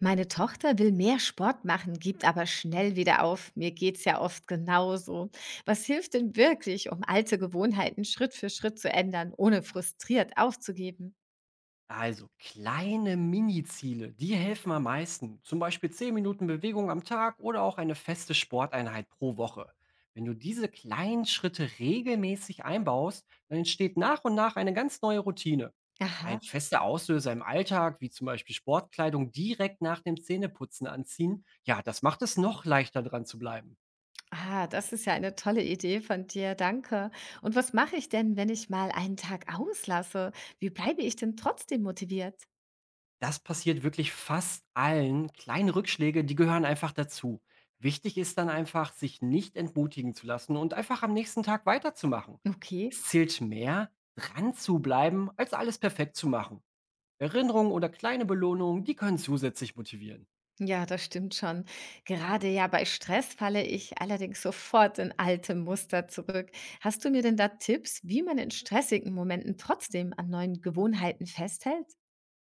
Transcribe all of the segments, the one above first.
Meine Tochter will mehr Sport machen, gibt aber schnell wieder auf. Mir geht's ja oft genauso. Was hilft denn wirklich, um alte Gewohnheiten Schritt für Schritt zu ändern, ohne frustriert aufzugeben? Also kleine Mini-Ziele, die helfen am meisten. Zum Beispiel 10 Minuten Bewegung am Tag oder auch eine feste Sporteinheit pro Woche. Wenn du diese kleinen Schritte regelmäßig einbaust, dann entsteht nach und nach eine ganz neue Routine. Aha. Ein fester Auslöser im Alltag, wie zum Beispiel Sportkleidung direkt nach dem Zähneputzen anziehen, ja, das macht es noch leichter dran zu bleiben. Ah, das ist ja eine tolle Idee von dir. Danke. Und was mache ich denn, wenn ich mal einen Tag auslasse? Wie bleibe ich denn trotzdem motiviert? Das passiert wirklich fast allen. Kleine Rückschläge, die gehören einfach dazu. Wichtig ist dann einfach, sich nicht entmutigen zu lassen und einfach am nächsten Tag weiterzumachen. Okay. Es zählt mehr, dran zu bleiben, als alles perfekt zu machen. Erinnerungen oder kleine Belohnungen, die können zusätzlich motivieren. Ja, das stimmt schon. Gerade ja bei Stress falle ich allerdings sofort in alte Muster zurück. Hast du mir denn da Tipps, wie man in stressigen Momenten trotzdem an neuen Gewohnheiten festhält?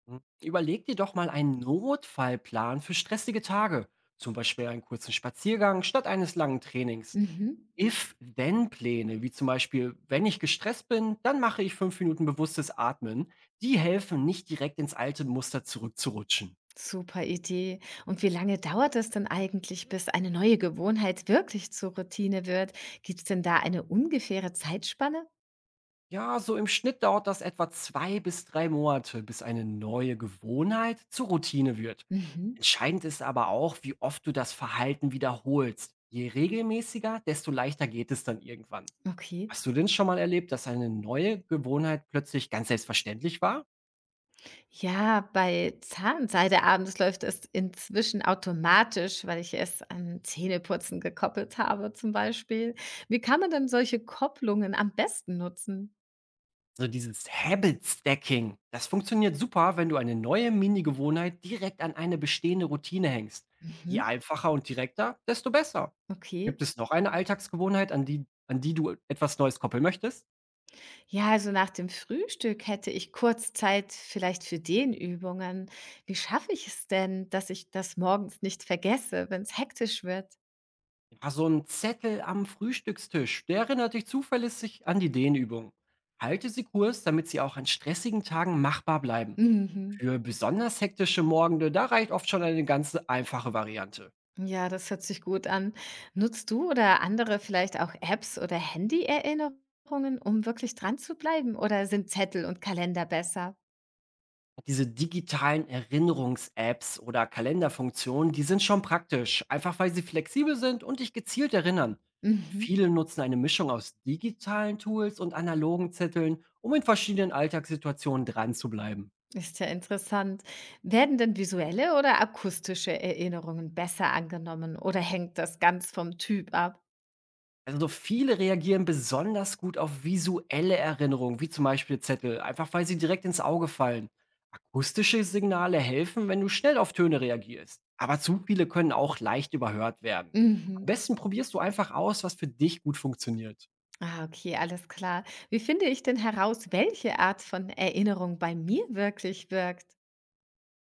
Hm, überleg dir doch mal einen Notfallplan für stressige Tage, zum Beispiel einen kurzen Spaziergang statt eines langen Trainings. Mhm. If-Then-Pläne, wie zum Beispiel, wenn ich gestresst bin, dann mache ich 5 Minuten bewusstes Atmen, die helfen, nicht direkt ins alte Muster zurückzurutschen. Super Idee. Und wie lange dauert es denn eigentlich, bis eine neue Gewohnheit wirklich zur Routine wird? Gibt es denn da eine ungefähre Zeitspanne? Ja, so im Schnitt dauert das etwa 2 bis 3 Monate, bis eine neue Gewohnheit zur Routine wird. Mhm. Entscheidend ist aber auch, wie oft du das Verhalten wiederholst. Je regelmäßiger, desto leichter geht es dann irgendwann. Okay. Hast du denn schon mal erlebt, dass eine neue Gewohnheit plötzlich ganz selbstverständlich war? Ja, bei Zahnseide abends läuft es inzwischen automatisch, weil ich es an Zähneputzen gekoppelt habe zum Beispiel. Wie kann man denn solche Kopplungen am besten nutzen? So dieses Habit Stacking. Das funktioniert super, wenn du eine neue Mini-Gewohnheit direkt an eine bestehende Routine hängst. Je Mhm. einfacher und direkter, desto besser. Okay. Gibt es noch eine Alltagsgewohnheit, an die du etwas Neues koppeln möchtest? Ja, also nach dem Frühstück hätte ich kurz Zeit vielleicht für Dehnübungen. Wie schaffe ich es denn, dass ich das morgens nicht vergesse, wenn es hektisch wird? Ja, so ein Zettel am Frühstückstisch, der erinnert dich zuverlässig an die Dehnübung. Halte sie kurz, damit sie auch an stressigen Tagen machbar bleiben. Mhm. Für besonders hektische Morgende, da reicht oft schon eine ganz einfache Variante. Ja, das hört sich gut an. Nutzt du oder andere vielleicht auch Apps oder Handy-Erinnerungen, um wirklich dran zu bleiben? Oder sind Zettel und Kalender besser? Diese digitalen Erinnerungs-Apps oder Kalenderfunktionen, die sind schon praktisch, einfach weil sie flexibel sind und dich gezielt erinnern. Mhm. Viele nutzen eine Mischung aus digitalen Tools und analogen Zetteln, um in verschiedenen Alltagssituationen dran zu bleiben. Ist ja interessant. Werden denn visuelle oder akustische Erinnerungen besser angenommen oder hängt das ganz vom Typ ab? Also so viele reagieren besonders gut auf visuelle Erinnerungen, wie zum Beispiel Zettel, einfach weil sie direkt ins Auge fallen. Akustische Signale helfen, wenn du schnell auf Töne reagierst. Aber zu viele können auch leicht überhört werden. Am Mhm. besten probierst du einfach aus, was für dich gut funktioniert. Ah, okay, alles klar. Wie finde ich denn heraus, welche Art von Erinnerung bei mir wirklich wirkt?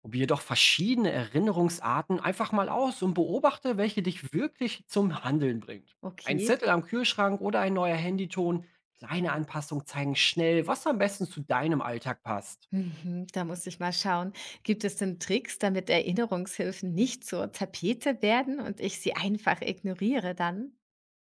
Probier doch verschiedene Erinnerungsarten einfach mal aus und beobachte, welche dich wirklich zum Handeln bringt. Ein Okay. Zettel am Kühlschrank oder ein neuer Handyton, kleine Anpassungen zeigen schnell, was am besten zu deinem Alltag passt. Mhm, da muss ich mal schauen. Gibt es denn Tricks, damit Erinnerungshilfen nicht zur Tapete werden und ich sie einfach ignoriere dann?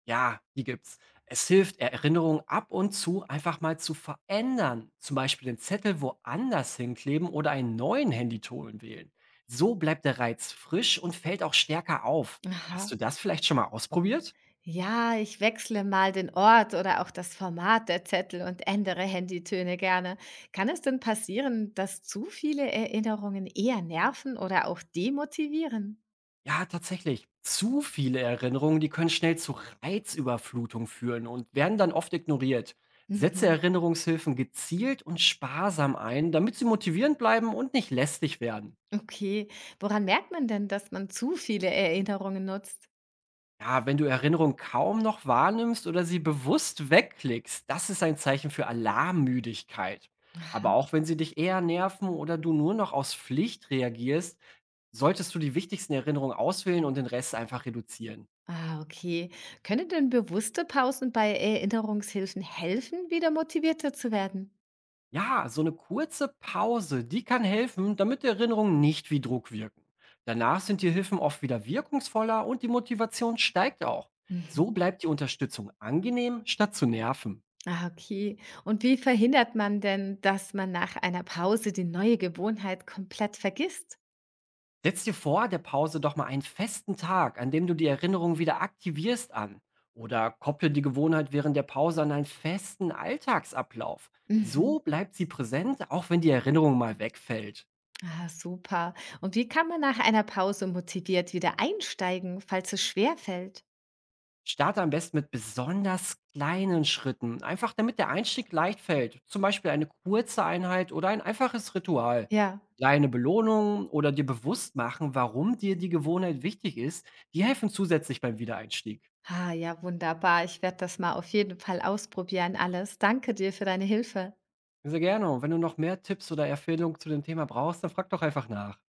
Ja, die gibt's. Es hilft, Erinnerungen ab und zu einfach mal zu verändern. Zum Beispiel den Zettel woanders hinkleben oder einen neuen Handyton wählen. So bleibt der Reiz frisch und fällt auch stärker auf. Hast Aha. du das vielleicht schon mal ausprobiert? Ja, ich wechsle mal den Ort oder auch das Format der Zettel und ändere Handytöne gerne. Kann es denn passieren, dass zu viele Erinnerungen eher nerven oder auch demotivieren? Ja, tatsächlich. Zu viele Erinnerungen, die können schnell zu Reizüberflutung führen und werden dann oft ignoriert. Setze Mhm. Erinnerungshilfen gezielt und sparsam ein, damit sie motivierend bleiben und nicht lästig werden. Okay, woran merkt man denn, dass man zu viele Erinnerungen nutzt? Ja, wenn du Erinnerungen kaum noch wahrnimmst oder sie bewusst wegklickst, das ist ein Zeichen für Alarmmüdigkeit. Aber auch wenn sie dich eher nerven oder du nur noch aus Pflicht reagierst, solltest du die wichtigsten Erinnerungen auswählen und den Rest einfach reduzieren. Ah, okay. Können denn bewusste Pausen bei Erinnerungshilfen helfen, wieder motivierter zu werden? Ja, so eine kurze Pause, die kann helfen, damit die Erinnerungen nicht wie Druck wirken. Danach sind die Hilfen oft wieder wirkungsvoller und die Motivation steigt auch. So Mhm. bleibt die Unterstützung angenehm, statt zu nerven. Ah, okay. Und wie verhindert man denn, dass man nach einer Pause die neue Gewohnheit komplett vergisst? Setz dir vor der Pause doch mal einen festen Tag, an dem du die Erinnerung wieder aktivierst an. Oder kopple die Gewohnheit während der Pause an einen festen Alltagsablauf. Mhm. So bleibt sie präsent, auch wenn die Erinnerung mal wegfällt. Ah, super. Und wie kann man nach einer Pause motiviert wieder einsteigen, falls es schwer fällt? Starte am besten mit besonders kleinen Schritten, einfach damit der Einstieg leicht fällt. Zum Beispiel eine kurze Einheit oder ein einfaches Ritual. Ja. Kleine Belohnungen oder dir bewusst machen, warum dir die Gewohnheit wichtig ist, die helfen zusätzlich beim Wiedereinstieg. Ah, ja, wunderbar. Ich werde das mal auf jeden Fall ausprobieren, alles. Danke dir für deine Hilfe. Sehr gerne. Und wenn du noch mehr Tipps oder Empfehlungen zu dem Thema brauchst, dann frag doch einfach nach.